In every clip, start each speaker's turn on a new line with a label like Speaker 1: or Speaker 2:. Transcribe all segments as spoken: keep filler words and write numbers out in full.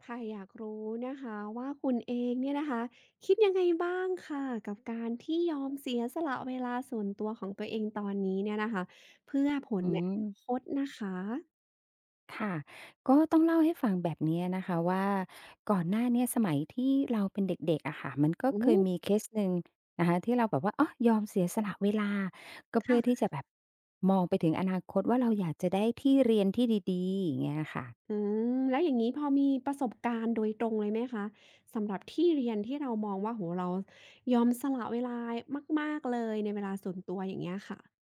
Speaker 1: ค่ะอยากรู้นะคะว่าคุณเองเนี่ยนะคะคิดยังไงบ้างค่ะกับการที่ยอมเสียสละเวลาส่วนตัวของตัวเองตอนนี้เนี่ยนะคะเพื่อผล
Speaker 2: อื
Speaker 1: ในอ
Speaker 2: ม
Speaker 1: นาคตนะคะ
Speaker 2: ค่ะก็ต้องเล่าให้ฟังแบบนี้นะคะว่าก่อนหน้าเนี้ยสมัยที่เราเป็นเด็กๆอะค่ะมันก็
Speaker 1: อื
Speaker 2: เคย
Speaker 1: ม
Speaker 2: มีเคสหนึ่งนะคะที่เราแบบว่าอ๋อยอมเสียสละเวลาก็เพื่อที่
Speaker 1: ค่ะ
Speaker 2: จะแบบมองไปถึงอนาคตว่าเราอยากจะได้ที่เรียนที่ดีๆอย่างเงี้ยค่ะ
Speaker 1: อืมแล้วอย่างนี้พอมีประสบการณ์โดยตรงเลยไหมคะสำหรับที่เรียนที่เรามองว่าโหเรายอมสละเวลามากๆเลยในเวลาส่วนตัวอย่างเงี้ยค่ะ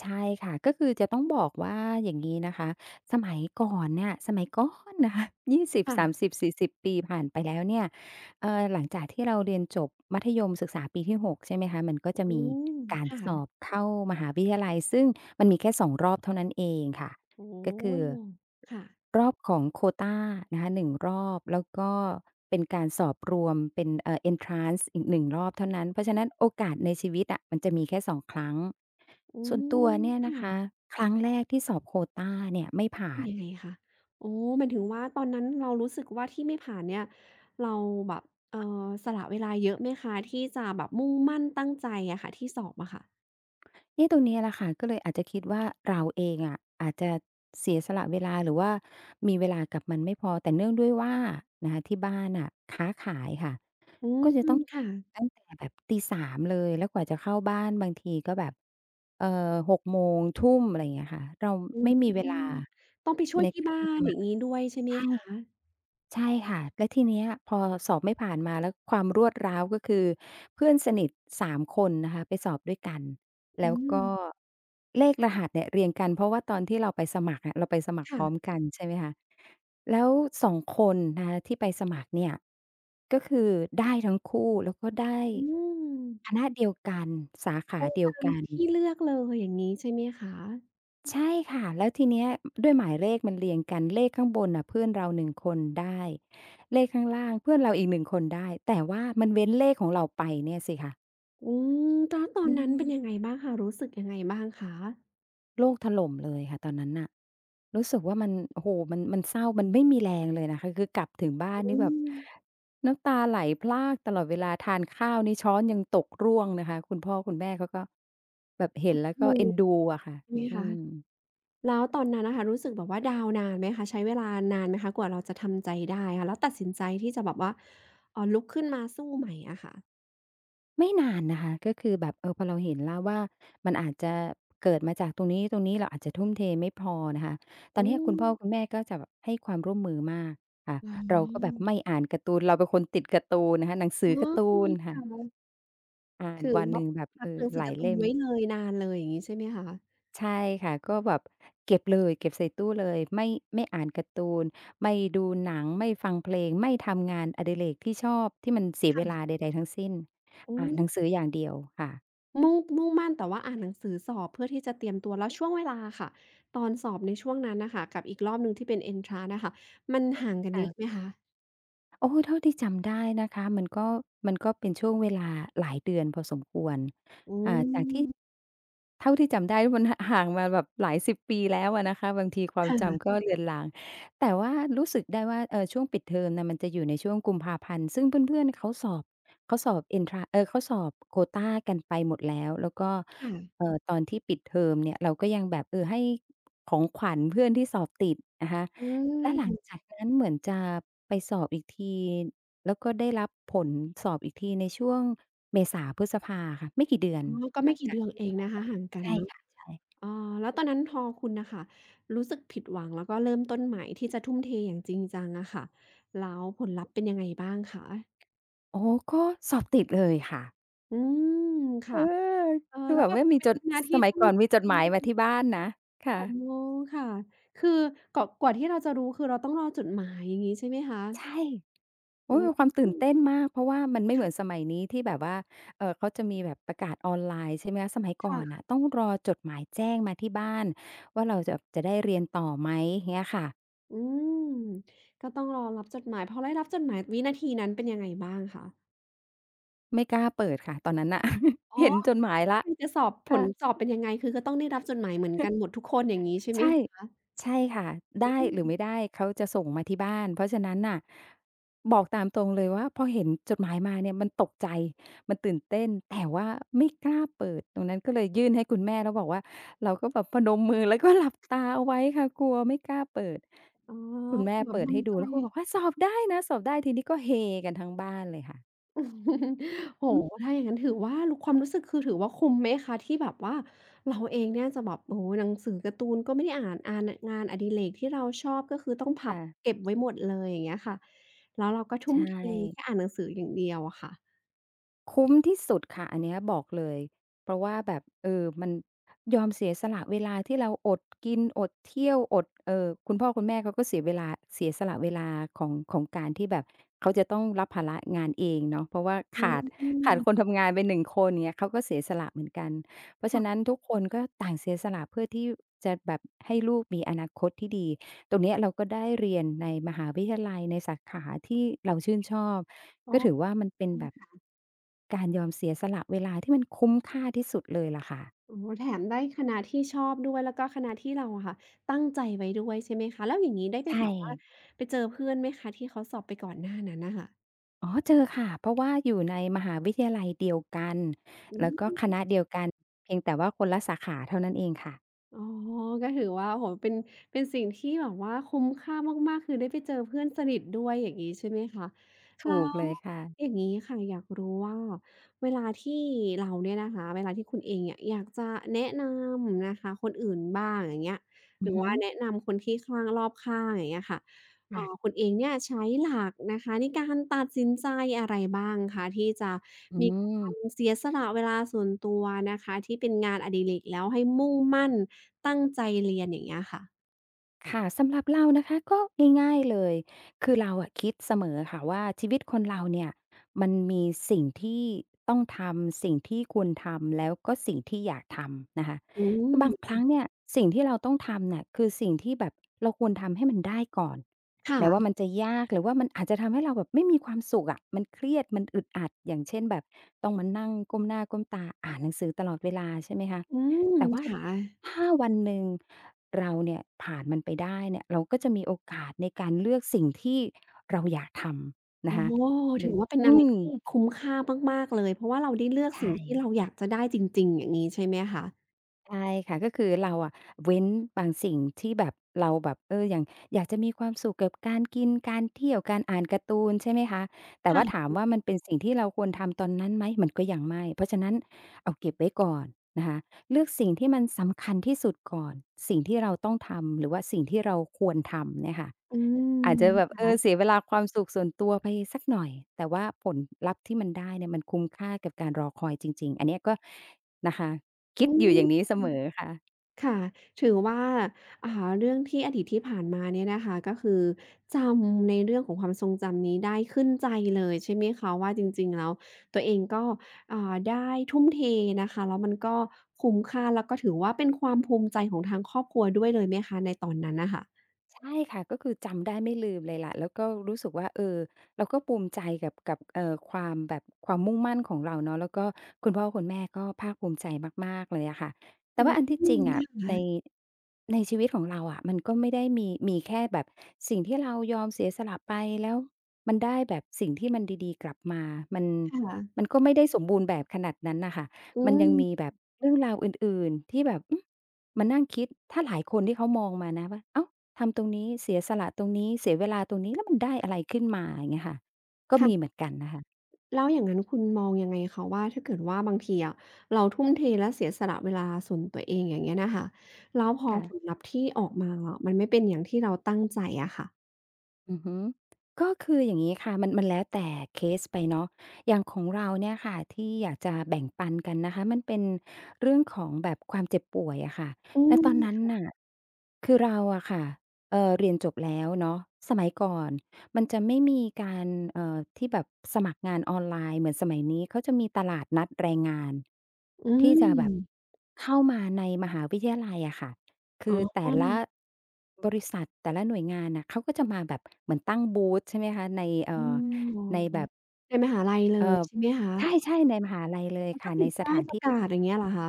Speaker 2: ใช่ค่ะก็คือจะต้องบอกว่าอย่างนี้นะคะสมัยก่อนเนี่ยสมัยก่อนนะคะ ยี่สิบ
Speaker 1: ค่ะ
Speaker 2: สามสิบ สี่สิบปีผ่านไปแล้วเนี่ยเอ่อหลังจากที่เราเรียนจบมัธยมศึกษาปีที่หกใช่ไหมคะมันก็จะ
Speaker 1: อื
Speaker 2: มี
Speaker 1: ม
Speaker 2: การสอ
Speaker 1: ค่ะ
Speaker 2: บเข้ามหาวิทยาลัยซึ่งมันมีแค่สองรอบเท่านั้นเองค่ะ
Speaker 1: โอ้
Speaker 2: ก็คือ
Speaker 1: โค่ะ
Speaker 2: รอบของโควตานะคะหนึ่งรอบแล้วก็เป็นการสอบรวมเป็นเอ่อเ n นทรานซ์อีกหนึ่งรอบเท่านั้นเพราะฉะนั้นโอกาสในชีวิตอะมันจะมีแค่สองครั้ง
Speaker 1: อื
Speaker 2: ส่วน
Speaker 1: ม
Speaker 2: ตัวเนี่ยนะคะ
Speaker 1: ค่ะ
Speaker 2: ครั้งแรกที่สอบโควตาเนี่ยไม่ผ่า
Speaker 1: เป็น
Speaker 2: น
Speaker 1: ยังไงคะโอ้หมายถึงว่าตอนนั้นเรารู้สึกว่าที่ไม่ผ่านเนี่ยเราแบบเอ่อสละเวลาเยอะไหมคะที่จะแบบมุ่งมั่นตั้งใจอะค่ะที่สอบอะค่ะ
Speaker 2: เนี่ยตรงนี้แหละค่ะก็เลยอาจจะคิดว่าเราเองอะอาจจะเสียสละเวลาหรือว่ามีเวลากับมันไม่พอแต่เนื่องด้วยว่านะคะที่บ้านน่ะค้าขายค่ะ
Speaker 1: อื
Speaker 2: ก็จะ
Speaker 1: ม
Speaker 2: ต้อง
Speaker 1: ค่ะ
Speaker 2: ตั้งแต่แบบตีสามเลยแล้วกว่าจะเข้าบ้านบางทีก็แบบเอ่อหกโมงทุ่มอะไรอย่างเงี้ยค่ะเรา
Speaker 1: อื
Speaker 2: ไม่มี
Speaker 1: ม
Speaker 2: เวลา
Speaker 1: ต้องไปช่วย
Speaker 2: ใน
Speaker 1: ที่
Speaker 2: การ
Speaker 1: บ้า
Speaker 2: ที่
Speaker 1: น
Speaker 2: จะ
Speaker 1: อ
Speaker 2: มา
Speaker 1: ย่างงี้ด้วยใช่ไหม
Speaker 2: ใช่
Speaker 1: คะ
Speaker 2: ใช่ค่ะแล้วทีเนี้ยพอสอบไม่ผ่านมาแล้วความรวดร้าวก็คือเพื่อนสนิทสามคนนะคะไปสอบด้วยกัน
Speaker 1: อื
Speaker 2: แล้ว
Speaker 1: ม
Speaker 2: ก็เลขรหัสเนี่ยเรียงกันเพราะว่าตอนที่เราไปสมัครอะเราไปสมัครพร้อม
Speaker 1: ค่ะ
Speaker 2: กันใช่ไหมคะแล้วสองคนนะคะที่ไปสมัครเนี่ยก็คือได้ทั้งคู่แล้วก็ได้
Speaker 1: อืม
Speaker 2: คณะเดียวกันสา
Speaker 1: ต
Speaker 2: ขา
Speaker 1: รง
Speaker 2: เดียว
Speaker 1: ตาม
Speaker 2: กัน
Speaker 1: ที่เลือกเลยอย่างงี้ใช่ไหมคะ
Speaker 2: ใช่ค่ะแล้วทีเนี้ยด้วยหมายเลขมันเรียงกันเลขข้างบนน่ะเพื่อนเราหนึ่งคนได้เลขข้างล่างเพื่อนเราอีกหนึ่งคนได้แต่ว่ามันเว้นเลขของเราไปเนี่ยสิคะ
Speaker 1: อืมแล้วตอน
Speaker 2: อื
Speaker 1: นั้นเป็
Speaker 2: ม
Speaker 1: นยังไงบ้างคะรู้สึกยังไงบ้างคะ
Speaker 2: โลกถล่มเลยค่ะตอนนั้นน่ะรู้สึกว่ามันโอ้โฮมันมันเศร้ามันไม่มีแรงเลยนะคะคือกลับถึงบ้าน
Speaker 1: อื
Speaker 2: นี่แบบ
Speaker 1: ม
Speaker 2: น้ำตาไหลพรากตลอดเวลาทานข้าวนี่ช้อนยังตกร่วงนะคะคุณพ่อคุณแม่เขาก็แบบเห็นแล้ว
Speaker 1: ง
Speaker 2: ก็
Speaker 1: ง
Speaker 2: เอ็นดูอะค่ะ
Speaker 1: ใช่ไหม
Speaker 2: อื
Speaker 1: คะ
Speaker 2: ม
Speaker 1: แล้วตอนนั้นน่ะค่ะรู้สึกแบบว่าดาวน์นานไหมคะใช้เวลานานไหมคะกว่าเราจะทำใจได้ค่ะแล้วตัดสินใจที่จะแบบว่าเอ่อลุกขึ้นมาสู้ใหม่อะค่ะ
Speaker 2: ไม่นานนะคะก็คือแบบเออพอเราเห็นแล้วว่ามันอาจจะเกิดมาจากตรงนี้ตรงนี้เราอาจจะทุ่มเทไม่พอนะคะตอ
Speaker 1: อื
Speaker 2: นเนี้ยคุ
Speaker 1: ม
Speaker 2: ณพ่อคุณแม่ก็จะแบบให้ความร่วมมือมากค่ะ
Speaker 1: อ๋
Speaker 2: เราก็แบบ
Speaker 1: อ
Speaker 2: ไม่อ่านการ์ตูนเราเป็นคนติดการ์ตูนนะคะหนังสื
Speaker 1: อ๋
Speaker 2: อ
Speaker 1: อ
Speaker 2: การ์ตูน
Speaker 1: ค
Speaker 2: ค่ะ
Speaker 1: ่ะ
Speaker 2: อ่าน
Speaker 1: คือ
Speaker 2: วัน
Speaker 1: แบ
Speaker 2: ห
Speaker 1: บ
Speaker 2: นึ่งแบบ
Speaker 1: พัก
Speaker 2: เอ่
Speaker 1: ห
Speaker 2: อ
Speaker 1: นังสื
Speaker 2: ห
Speaker 1: อ
Speaker 2: ลา
Speaker 1: กา
Speaker 2: ย
Speaker 1: ร์ตูน
Speaker 2: เล่ม
Speaker 1: ไว้เลยนานเลยอย่างงี้ใช่ไหมคะ
Speaker 2: ใช่ค่ะก็แบบเก็บเลยเก็บใส่ตู้เลยไม่ไม่อ่านการ์ตูนไม่ดูหนังไม่ฟังเพลงไม่ทำงานอดิเรกที่ชอบที่มันเสียเวลา
Speaker 1: ค่ะ
Speaker 2: ใดๆทั้งสิ้น
Speaker 1: อื
Speaker 2: อ่านห
Speaker 1: ม
Speaker 2: นังสืออย่างเดียวค่ะ
Speaker 1: มุ่งมุ่งมั่นแต่ว่าอ่านหนังสือสอบเพื่อที่จะเตรียมตัวแล้วช่วงเวลาค่ะตอนสอบในช่วงนั้นน่ะค่ะกับอีกรอบหนึ่งที่เป็น Entrance อะค่ะมันห่างกันเยอะไหม
Speaker 2: ค่ะ
Speaker 1: คะ
Speaker 2: โอ้เท่าที่จำได้นะคะมันก็มันก็เป็นช่วงเวลาหลายเดือนพอสมควร
Speaker 1: อื
Speaker 2: อ่าจาก
Speaker 1: ม
Speaker 2: ที่ เท่าที่จำได้มันห่างมาแบบหลายสิบปีแล้วอะนะคะบางทีความ
Speaker 1: ค่ะ
Speaker 2: จำก็เลือนลางแต่ว่ารู้สึกได้ว่าเอ่อช่วงปิดเทอมน่ะมันจะอยู่ในช่วงกุมภาพันธ์ซึ่งเพื่อนๆเขาสอบเขาสอบเอนทราเออเขาสอบโควตากันไปหมดแล้วแล้วก็
Speaker 1: ค่ะ
Speaker 2: เอ่อตอนที่ปิดเทอมเนี่ยเราก็ยังแบบเออให้ของขวัญเพื่อนที่สอบติดนะคะ
Speaker 1: อื
Speaker 2: และหลัง
Speaker 1: ม
Speaker 2: จากนั้นเหมือนจะไปสอบอีกทีแล้วก็ได้รับผลสอบอีกทีในช่วงเมษาพฤษภาค่ะไม่กี่เดือน
Speaker 1: อ๋อก็
Speaker 2: ห
Speaker 1: ไม่
Speaker 2: ลัง
Speaker 1: กี่
Speaker 2: จา
Speaker 1: เดื
Speaker 2: ก
Speaker 1: อน
Speaker 2: ที่
Speaker 1: เอ
Speaker 2: ส
Speaker 1: ง
Speaker 2: อบ
Speaker 1: นะคะห่างกัน
Speaker 2: ใช่
Speaker 1: เนาะ
Speaker 2: ค่ะใช่
Speaker 1: อ๋อแล้วตอนนั้นพอคุณน่ะค่ะรู้สึกผิดหวังแล้วก็เริ่มต้นใหม่ที่จะทุ่มเทอย่างจริงจังอะค่ะแล้วผลลัพธ์เป็นยังไงบ้างคะ
Speaker 2: อ๋อก็สอบติดเลยค่ะ
Speaker 1: อืม
Speaker 2: เอ
Speaker 1: ค่ะ
Speaker 2: อ
Speaker 1: เออ
Speaker 2: คือ
Speaker 1: แล้
Speaker 2: แบ
Speaker 1: ว
Speaker 2: บ
Speaker 1: แบบ
Speaker 2: ว่ามี
Speaker 1: เป็
Speaker 2: จ
Speaker 1: น
Speaker 2: ด
Speaker 1: คณะ
Speaker 2: ส
Speaker 1: ที่
Speaker 2: มัย
Speaker 1: ตั้ง
Speaker 2: ก่อน
Speaker 1: ใจ
Speaker 2: มีจดหมายมาที่ บ้านนะ
Speaker 1: อ๋
Speaker 2: ค่ะ
Speaker 1: อค่ะ คือกว่ากว่าที่เราจะรู้คือเราต้องรอจดหมายอย่างงี้ใช่ไหมคะ
Speaker 2: ใช่
Speaker 1: อื
Speaker 2: โอ๊ยมีความตื่นเต้
Speaker 1: ม
Speaker 2: นมากเพราะว่ามันไม่เหมือนส
Speaker 1: ค่ะ
Speaker 2: มัยนี้ที่แบบว่าเอ่อเขาจะมีแบบประกาศออนไลน์ใช่ไหมคะสมัยก่อ
Speaker 1: ค่ะ
Speaker 2: นน่ะต้องรอจดหมายแจ้งมาที่บ้านว่าเราจะจะได้เรียนต่อไหมเงี้ยค่ะ
Speaker 1: อืมก็ต้องรอรับจดหมายพอได้รับจดหมายวินาทีนั้นเป็นยังไงบ้างคะ
Speaker 2: ไม่กล้าเปิดค่ะตอนนั้นน่ะ
Speaker 1: อ๋อ
Speaker 2: เห็นจดหมายแล้ว
Speaker 1: ใครจะสอบผ
Speaker 2: ค่ะ
Speaker 1: ลสอบเป็นยังไงคือก็ต้องได้รับจดหมายเหมือนกันหมดทุกคนอย่างงี้ใช่ไหม
Speaker 2: ใช่ใช่ค่ะได้
Speaker 1: อื
Speaker 2: ห
Speaker 1: ม
Speaker 2: รือไม่ได้เขาจะส่งมาที่บ้านเพราะฉะนั้นน่ะบอกตามตรงเลยว่าพอเห็นจดหมายมาเนี่ยมันตกใจมันตื่นเต้นแต่ว่าไม่กล้าเปิดตรงนั้นก็เลยยื่นให้คุณแม่แล้วบอกว่าเราก็แบบพนมมือแล้วก็หลับตาเอาไว้ค่ะกลัวไม่กล้าเปิด
Speaker 1: อ๋อ
Speaker 2: คุณแม่
Speaker 1: คือแบบ
Speaker 2: เปิดให้
Speaker 1: ทำใจ
Speaker 2: ดูแล้วก็บอกว่าสอบได้นะสอบได้ทีนี้ก็เฮกันทั้งบ้านเลยค่ะ
Speaker 1: โอ้
Speaker 2: อื
Speaker 1: โฮ
Speaker 2: ม
Speaker 1: ถ้าอย่างงั้นถือว่ารู้ความรู้สึกคือถือว่าคุ้มไหมคะที่แบบว่าเราเองเนี่ยจะแบบโอ้โฮหนังสือการ์ตูนก็ไม่ได้อ่านอ่านงานอดิเรกที่เราชอบก็คือต้องพับ
Speaker 2: ค่ะ
Speaker 1: เก็บไว้หมดเลยอย่างเงี้ยค่ะแล้วเราก็ทุ่ม
Speaker 2: ใช่
Speaker 1: เทแค่อ่านหนังสืออย่างเดียวอะค่ะ
Speaker 2: คุ้มที่สุดค่ะอันเนี้ยบอกเลยเพราะว่าแบบเออมันยอมเสียสละเวลาที่เราอดกินอดเที่ยวอดเอ่อคุณพ่อคุณแม่เขาก็เสียเวลาเสียสละเวลาของของการที่แบบเขาจะต้องรับภาระงานเองเนาะเพราะว่า
Speaker 1: อื
Speaker 2: ขาดขาดคน
Speaker 1: ม
Speaker 2: ทำงานไปหนึ่งคนเงี้ยเขาก็เสียสละเหมือนกันเพราะฉะ
Speaker 1: ค่ะ
Speaker 2: นั้นทุกคนก็ต่างเสียสละเพื่อที่จะแบบให้ลูกมีอนาคตที่ดีตรงเนี้ยเราก็ได้เรียนในมหาวิทยาลัยในสาขาที่เราชื่นชอบ
Speaker 1: ก็
Speaker 2: ก็ถือว่ามันเป็นแบบการยอมเสียสละเวลาที่มันคุ้มค่าที่สุดเลยล่ะค่ะ
Speaker 1: โอ้โฮแถมได้คณะที่ชอบด้วยแล้วก็คณะที่เราอะค่ะตั้งใจไว้ด้วยใช่ไหมคะแล้วอย่างงี้ได้ไป
Speaker 2: ใช่
Speaker 1: แบบว่าไปเจอเพื่อนไหมคะที่เขาสอบไปก่อนหน้านั้นน่ะค่ะ
Speaker 2: อ๋อเจอค่ะเพราะว่าอยู่ในมหาวิทยาลัยเดียวกัน
Speaker 1: อื
Speaker 2: แล้วก็
Speaker 1: ม
Speaker 2: คณะเดียวกันเพียงแต่ว่าคนละสาขาเท่านั้นเองค่ะ
Speaker 1: อ๋อก็ถือว่าโอ้โฮเป็นเป็นสิ่งที่แบบว่าคุ้มค่ามากๆคือได้ไปเจอเพื่อนสนิทด้วยอย่างงี้ใช่ไหมคะแล้
Speaker 2: ถูก
Speaker 1: ว
Speaker 2: เลยค่ะ
Speaker 1: อย่างงี้ค่ะอยากรู้ว่าเวลาที่เราเนี่ยนะคะเวลาที่คุณเองเนี่ยอยากจะแนะนำนะคะคนอื่นบ้างอย่างเงี้ยห
Speaker 2: อื
Speaker 1: รื
Speaker 2: อ
Speaker 1: อ
Speaker 2: ฮึ
Speaker 1: ว่าแนะนำคนที่ข้างรอบข้างอย่างเงี้ยค่ะ เอ่
Speaker 2: ค่ะ
Speaker 1: อคุณเองเนี่ยใช้หลักนะคะในการตัดสินใจอะไรบ้างคะที่จะ
Speaker 2: อื
Speaker 1: มีการ
Speaker 2: ม
Speaker 1: เสียสละเวลาส่วนตัวนะคะที่เป็นงานอดิเรกแล้วให้มุ่งมั่นตั้งใจเรียนอย่างเงี้ยค่ะ
Speaker 2: ค่ะสำหรับเรานะคะก็ง่ายๆเลยคือเราอะคิดเสมอค่ะว่าชีวิตคนเราเนี่ยมันมีสิ่งที่ต้องทำสิ่งที่ควรทำแล้วก็สิ่งที่อยากทำนะคะ
Speaker 1: อื
Speaker 2: คือบางค
Speaker 1: ม
Speaker 2: รั้งเนี่ยสิ่งที่เราต้องทำเนี่ยคือสิ่งที่แบบเราควรทำให้มันได้ก่อนแม้ว่า
Speaker 1: ค่ะ
Speaker 2: มันจะยากหรือว่ามันอาจจะทำให้เราแบบไม่มีความสุขอะมันเครียดมันอึดอัดอย่างเช่นแบบต้องมานั่งก้มหน้าก้มตาอ่านหนังสือตลอดเวลาใช่ไหมคะ
Speaker 1: อืม
Speaker 2: แต่ว่า
Speaker 1: ค่ะ
Speaker 2: ถ้าวันหนึ่งเราเนี่ยผ่านมันไปได้เนี่ยเราก็จะมีโอกาสในการเลือกสิ่งที่เราอยากทำนะ
Speaker 1: โอ้
Speaker 2: คะ
Speaker 1: โฮ
Speaker 2: หรื
Speaker 1: ถือ
Speaker 2: อ
Speaker 1: ว่าเป็นอะ
Speaker 2: อื
Speaker 1: ไร
Speaker 2: ม
Speaker 1: ที่คุ้มค่ามากๆเลยเพราะว่าเราได้เลือกสิ่ง
Speaker 2: ใช่
Speaker 1: ที่เราอยากจะได้จริงๆอย่างงี้ใช่ไหมคะ
Speaker 2: ใช่ค่ะก็คือเราอะเว้นบางสิ่งที่แบบเราแบบเอออย่างอยากจะมีความสุขกับการกินการเที่ยวการอ่านการ์ตูนใช่ไหมคะแต่ว่าถา
Speaker 1: ค่ะ
Speaker 2: มว่ามันเป็นสิ่งที่เราควรทำตอนนั้นไหมมันก็ยังไม่เพราะฉะนั้นเอาเก็บไว้ก่อนนะคะเลือกสิ่งที่มันสำคัญที่สุดก่อนสิ่งที่เราต้องทำหรือว่าสิ่งที่เราควรทำเนี่ยค่ะ
Speaker 1: อืม
Speaker 2: อาจจะแบบเออเสี
Speaker 1: ค่ะ
Speaker 2: ยเวลาความสุขส่วนตัวไปสักหน่อยแต่ว่าผลลัพธ์ที่มันได้เนี่ยมันคุ้มค่ากับการรอคอยจริงๆอันเนี้ยก็นะคะคิ
Speaker 1: อื
Speaker 2: ดอ
Speaker 1: ม
Speaker 2: ยู่อย่างนี้เสมอค่ะ
Speaker 1: ค่ะถือว่าอ่า เรื่องที่อดีตที่ผ่านมาเนี่ยนะคะก็คือจำในเรื่องของความทรงจำนี้ได้ขึ้นใจเลยใช่ไหมคะว่าจริงๆแล้วตัวเองก็อ่าได้ทุ่มเทนะคะแล้วมันก็คุ้มค่าแล้วก็ถือว่าเป็นความภูมิใจของทางครอบครัวด้วยเลยไหมคะในตอนนั้นน่ะค่ะ
Speaker 2: ใช่ค่ะก็คือจำได้ไม่ลืมเลยล่ะแล้วก็รู้สึกว่าเออเราก็ภูมิใจกับกับเอ่อความแบบความมุ่งมั่นของเราเนาะแล้วก็คุณพ่อคุณแม่ก็ภาคภูมิใจมากๆเลยอะค่ะแต่ว่าอันที่
Speaker 1: อื
Speaker 2: จริ
Speaker 1: ม
Speaker 2: งอะใน
Speaker 1: ค่ะ
Speaker 2: ในชีวิตของเราอะมันก็ไม่ได้มีมีแค่แบบสิ่งที่เรายอมเสียสละไปแล้วมันได้แบบสิ่งที่มันดีๆกลับมามัน
Speaker 1: ค่ะ
Speaker 2: มันก็ไม่ได้สมบูรณ์แบบขนาดนั้นน่ะค่ะ
Speaker 1: อื
Speaker 2: มัน
Speaker 1: ม
Speaker 2: ยังมีแบบเรื่องราวอื่นๆที่แบบอืมมานั่งคิดถ้าหลายคนที่เขามองมานะว่าอ้าว ทำตรงนี้เสียสละตรงนี้เสียเวลาตรงนี้แล้วมันได้อะไรขึ้นมาอย่างเงี้ยค่ะก็มีเห
Speaker 1: ค่ะ
Speaker 2: มือนกันนะคะ
Speaker 1: แล้วอย่างนั้นคุณมองยังไงคะว่าถ้าเกิดว่าบางทีอะเราทุ่มเทและเสียสละเวลาส่วนตัวเองอย่างเงี้ยน่ะค่ะแล้วพอผล
Speaker 2: ค่ะ
Speaker 1: ลัพธ์ที่ออกมาอะมันไม่เป็นอย่างที่เราตั้งใจอะค่ะ
Speaker 2: อือฮึก็คืออย่างงี้ค่ะมันมันแล้วแต่เคสไปเนาะอย่างของเราเนี่ยค่ะที่อยากจะแบ่งปันกันนะคะมันเป็นเรื่องของแบบความเจ็บป่วยอะค่ะ
Speaker 1: อื
Speaker 2: ณตอนนั้น
Speaker 1: ม
Speaker 2: น่ะคือเราอะค่ะเอ่อเรียนจบแล้วเนาะสมัยก่อนมันจะไม่มีการเอ่อที่แบบสมัครงานออนไลน์เหมือนสมัยนี้เขาจะมีตลาดนัดแรงงาน
Speaker 1: อื
Speaker 2: ที่จะแบบ
Speaker 1: ม
Speaker 2: เข้ามาในมหาวิทยาลัยอะค่ะ
Speaker 1: อ๋อ
Speaker 2: คือแต่
Speaker 1: อ
Speaker 2: ละบริษัทแต่ละหน่วยงานน่ะเขาก็จะมาแบบเหมือนตั้งบูธใช่ไหมคะในเอ่
Speaker 1: ๋
Speaker 2: อ
Speaker 1: อ
Speaker 2: ในแบบ
Speaker 1: ในมหาลัยเล
Speaker 2: เอ่
Speaker 1: ย
Speaker 2: อ
Speaker 1: ใช่ไหมคะ
Speaker 2: ใช่
Speaker 1: แล้วก็ติดป้ายประกาศอย่างเงี้ยเหรอคะ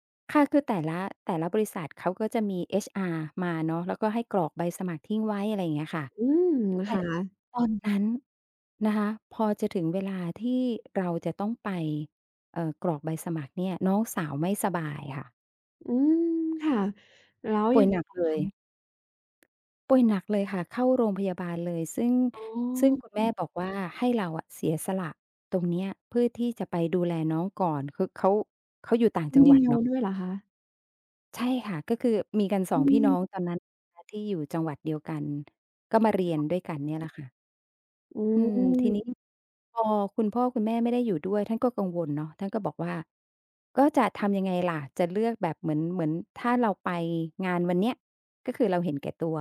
Speaker 2: ๆค่ะคือแต่ละแต่ละบริษัทเขาก็จะมี เอช อาร์ มาเนาะแล้วก็ให้กรอกใบสมัครทิ้งไว้อะไรอย่างเงี้ยค่ะ
Speaker 1: อืม
Speaker 2: แต่
Speaker 1: ค่ะ
Speaker 2: ตอนนั้นนะคะพอจะถึงเวลาที่เราจะต้องไปเอ่อกรอกใบสมัครเนี่ยน้องสาวไม่สบายค่ะ
Speaker 1: อืมค่ะแล้ว
Speaker 2: ป่
Speaker 1: ยั
Speaker 2: วย
Speaker 1: งไง
Speaker 2: หนัก
Speaker 1: ต่อ
Speaker 2: เลย
Speaker 1: คะ
Speaker 2: ป่วยหนักเลยค่ะเข้าโรงพยาบาลเลยซึ่ง
Speaker 1: อ๋
Speaker 2: ซึ่งคุ
Speaker 1: อ
Speaker 2: ณแม่บอกว่าให้เราอะเสียสละตรงเนี้ยเพื่อที่จะไปดูแลน้องก่อนคือเขา
Speaker 1: คนเดียวด้วยเหรอคะ
Speaker 2: ใช่ค่ะก็คือมีกันสอง
Speaker 1: อื
Speaker 2: พี่น้องต
Speaker 1: ม
Speaker 2: อนนั้นที่อยู่จังหวัดเดียวกันก็มาเรียนด้วยกันเนี่ยแหละค่ะ
Speaker 1: อื
Speaker 2: อืม
Speaker 1: ม
Speaker 2: ทีนี้พอคุณพ่อคุณแม่ไม่ได้อยู่ด้วยท่านก็กังวลเนาะท่านก็บอกว่าก็จะทำยังไงล่ะจะเลือกแบบเหมือนเหมือนถ้าเราไปงานวันเนี้ยก็คือเราเห็นแก่ตัว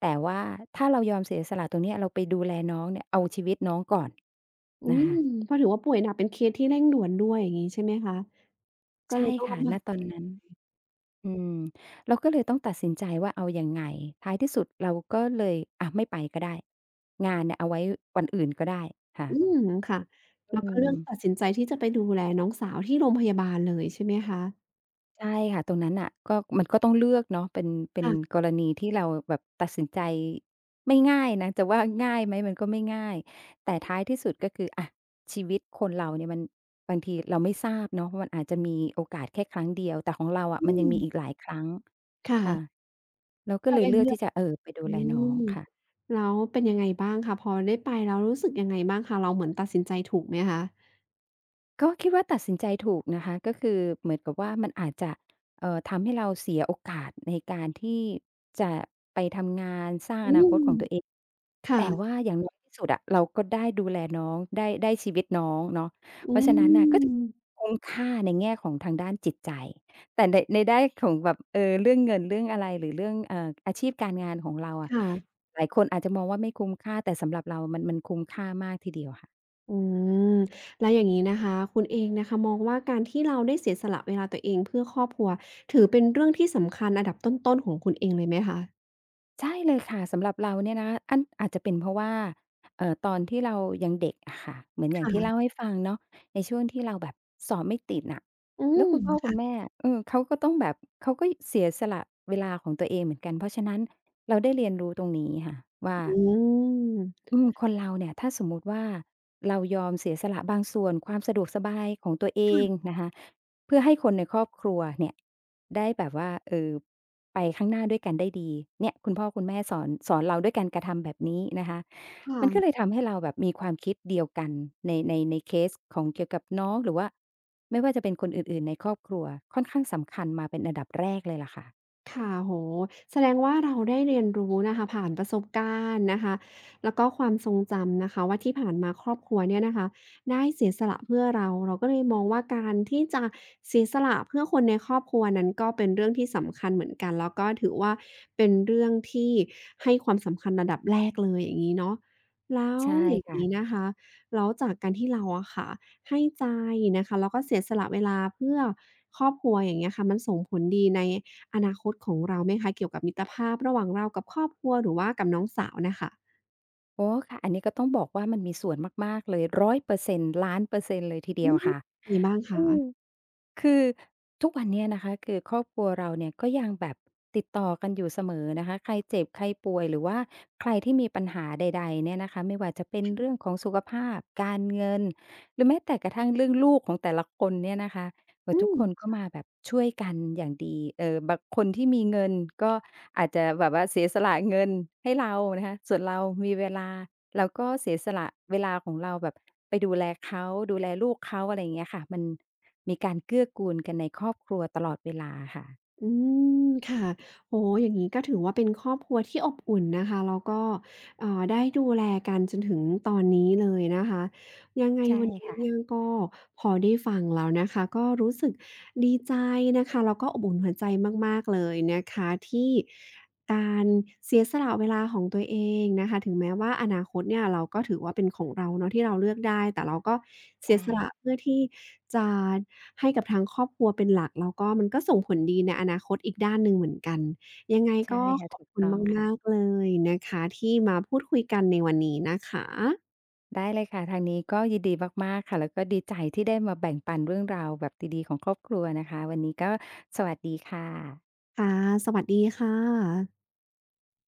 Speaker 2: แต่ว่าถ้าเรายอมเสียสละตรงเนี้ยเราไปดูแลน้องเนี่ยเอาชีวิตน้องก่อน
Speaker 1: อื
Speaker 2: นะ
Speaker 1: ม
Speaker 2: คะ
Speaker 1: ก็ถือว่าป่วยหนักเป็นเคสที่เร่งด่วนด้วยอย่างงี้ใช่ไหมคะก็เล
Speaker 2: ใช่
Speaker 1: ยต้อง
Speaker 2: ค่ะ
Speaker 1: ลำ
Speaker 2: ณ
Speaker 1: บาก
Speaker 2: ตอน
Speaker 1: ใจ
Speaker 2: นั้นอืมเราก็เลยต้องตัดสินใจว่าเอายังไงท้ายที่สุดเราก็เลยอะไม่ไปก็ได้งานเนี่ยเอาไว้วันอื่นก็ได้ค่ะ
Speaker 1: อืมค่ะแล้ว
Speaker 2: อื
Speaker 1: ก็เลื
Speaker 2: ม
Speaker 1: อกตัดสินใจที่จะไปดูแลน้องสาวที่โรงพยาบาลเลยใช่ไหมคะ
Speaker 2: ใช่ค่ะตรงนั้นน่ะก็มันก็ต้องเลือกเนาะเป็นเป็น
Speaker 1: ค่ะ
Speaker 2: กรณีที่เราแบบตัดสินใจไม่ง่ายนะจะว่าง่ายไหมมันก็ไม่ง่ายแต่ท้ายที่สุดก็คืออะชีวิตคนเราเนี่ยมันบางทีเราไม่ทราบเนาะว่ามันอาจจะมีโอกาสแค่ครั้งเดียวแต่ของเราอะ
Speaker 1: อื
Speaker 2: มันยัง
Speaker 1: ม
Speaker 2: มีอีกหลายครั้งค่ะ
Speaker 1: ค่ะ
Speaker 2: เราก็
Speaker 1: ก็
Speaker 2: เล
Speaker 1: เล
Speaker 2: ย
Speaker 1: ย
Speaker 2: เลือก
Speaker 1: เลือก
Speaker 2: ที่จะเออไปดู
Speaker 1: อื
Speaker 2: แลน้อง
Speaker 1: ม
Speaker 2: ค่ะ
Speaker 1: แล้วเป็นยังไงบ้างคะพอได้ไปแล้วรู้สึกยังไงบ้างคะเราเหมือนตัดสินใจถูกไหมคะ
Speaker 2: ก็คิดว่าตัดสินใจถูกนะคะก็คือเหมือนกับว่ามันอาจจะเอ่อทำให้เราเสียโอกาสในการที่จะไปทำงานสร้าง
Speaker 1: อื
Speaker 2: อนาค
Speaker 1: ม
Speaker 2: ตของตัวเองแต่ว่า
Speaker 1: ค่ะ
Speaker 2: อย่างน้อยที่สุดอะเราก็ได้ดูแลน้องได้ได้ชีวิตน้องเนาะเพ
Speaker 1: อื
Speaker 2: ราะฉะนั้นน่ะก็
Speaker 1: ม
Speaker 2: คุ้มค่าในแง่ของทางด้านจิตใจแต่ในในด้านของแบบเอ่อเรื่องเงินเรื่องอะไรหรือเรื่องเอ่ออาชีพการงานของเราอะ
Speaker 1: ค่ะ
Speaker 2: หลายคนอาจจะมองว่าไม่คุ้มค่าแต่สำหรับเรามันมันคุ้มค่ามากทีเดียวค่ะ
Speaker 1: อืมแล้วอย่างนี้นะคะคุณเองนะคะมองว่าการที่เราได้เสียสละเวลาตัวเองเพื่อครอบครัวถือเป็นเรื่องที่สำคัญอันดับต้นๆของคุณเองเลยไหมคะ
Speaker 2: ใช่เลยค่ะสำหรับเราเนี่ยนะอันอาจจะเป็นเพราะว่าเอ่อตอนที่เรายังเด็กอะค่ะเหมือนอย่างที่เล่า
Speaker 1: ค่ะ
Speaker 2: ให้ฟังเนาะในช่วงที่เราแบบสอบไม่ติดน่ะ
Speaker 1: อื
Speaker 2: แล้วคุณพ่อคุ
Speaker 1: ม
Speaker 2: ณแม่เออเขาก็ต้องแบบเขาก็เสียสละเวลาของตัวเองเหมือนกันเพราะฉะนั้นเราได้เรียนรู้ตรงนี้ค่ะว่า
Speaker 1: อืม
Speaker 2: อืมคนเราเนี่ยถ้าสมมุติว่าเรายอมเสียสละบางส่วนความสะดวกสบายของตัวเอ
Speaker 1: ค่ะอืม
Speaker 2: ง
Speaker 1: ค่ะ
Speaker 2: นะคะเพื่อให้คนในครอบครัวเนี่ยได้แบบว่าเอ่อไปข้างหน้าด้วยกันได้ดีเนี่ยคุณพ่อคุณแม่สอนสอนเราด้วยการกระทำแบบนี้นะคะ
Speaker 1: ค่ะ
Speaker 2: มันก็เลยทำให้เราแบบมีความคิดเดียวกันในในในเคสของเกี่ยวกับน้องหรือว่าไม่ว่าจะเป็นคนอื่นๆในครอบครัวค่อนข้างสำคัญมาเป็นอันดับแรกเลยล่ะค่ะ
Speaker 1: ค่ะโหแสดงว่าเราได้เรียนรู้นะคะผ่านประสบการณ์นะคะแล้วก็ความทรงจำนะคะว่าที่ผ่านมาครอบครัวเนี่ยนะคะได้เสียสละเพื่อเราเราก็เลยมองว่าการที่จะเสียสละเพื่อคนในครอบครัวนั้นก็เป็นเรื่องที่สำคัญเหมือนกันแล้วก็ถือว่าเป็นเรื่องที่ให้ความสำคัญระดับแรกเลยอย่างงี้เนาะแล้ว
Speaker 2: ใช่
Speaker 1: อย่างงี้
Speaker 2: ค่ะ
Speaker 1: นะคะแล้วจากการที่เราอะค่ะให้ใจนะคะแล้วก็เสียสละเวลาเพื่อครอบครัวอย่างเงี้ยค่ะมันส่งผลดีใน อนาคตของเราไหมคะเกี่ยวกับมิตรภาพระหว่างเรากับครอบครัวหรือว่ากับน้องสาวน่ะค่ะ
Speaker 2: โอ้ค่ะอันนี้ก็ต้องบอกว่ามันมีส่วนมากๆเลยรร้ออยเปอร์เซ็นต์ล้านเปอร์เซ็นต์เลยทีเดี
Speaker 1: อื
Speaker 2: ยว
Speaker 1: ม
Speaker 2: ค่ะ
Speaker 1: มีบ้างคะ
Speaker 2: อืมคือทุกวันเนี้ยนะคะคือครอบครัวเราเนี่ยก็ยังแบบติดต่อกันอยู่เสมอนะคะใครเจ็บใครป่วยหรือว่าใครที่มีปัญหาใดๆเนี่ยนะคะไม่ว่าจะเป็นเรื่องของสุขภาพการเงินหรือแม้แต่กระทั่งเรื่องลูกของแต่ละคนเนี่ยนะคะ เอ
Speaker 1: อื
Speaker 2: อทุก
Speaker 1: ม
Speaker 2: คนก็มาแบบช่วยกันอย่างดีเอ่อบางคนที่มีเงินก็อาจจะแบบว่าเสียสละเงินให้เรานะคะส่วนเรามีเวลาเราก็เสียสละเวลาของเราแบบไปดูแลเขาดูแลลูกเขาอะไรอย่างเงี้ยค่ะมันมีการเกื้อกูลกันในครอบครัวตลอดเวลาค่ะ
Speaker 1: อืมค่ะโอ้โฮอย่างงี้ก็ถือว่าเป็นครอบครัวที่อบอุ่นนะคะแล้วก็เอ่อได้ดูแลกันจนถึงตอนนี้เลยนะคะยังไง
Speaker 2: ใช่
Speaker 1: วันนี้เนี่
Speaker 2: ค่ะ
Speaker 1: ยก็พอได้ฟังแล้วนะคะก็รู้สึกดีใจนะคะแล้วก็อบอุ่นหัวใจมากๆเลยนะคะที่ การเสียสละเวลาของตัวเองนะคะถึงแม้ว่าอนาคตเนี่ยเราก็ถือว่าเป็นของเราเนาะที่เราเลือกได้แต่เราก็เสีย
Speaker 2: ใช่
Speaker 1: สละเพื่อที่จะให้กับทางครอบครัวเป็นหลักแล้วก็มันก็ส่งผลดีในอนาคตอีกด้านหนึ่งเหมือนกันยังไง
Speaker 2: ใช่
Speaker 1: ก็
Speaker 2: ค่ะ
Speaker 1: ขอบ
Speaker 2: ถูก
Speaker 1: คุณ
Speaker 2: ต้อง
Speaker 1: มาก
Speaker 2: ค่ะ
Speaker 1: ๆเลยนะคะที่มาพูดคุยกันในวันนี้นะคะ
Speaker 2: ได้เลยค่ะทางนี้ก็ยินดีมากๆค่ะแล้วก็ดีใจที่ได้มาแบ่งปันเรื่องราวแบบดีๆของครอบครัวนะคะวันนี้ก็สวัสดีค่ะ
Speaker 1: ค่ะสวัสดีค่ะ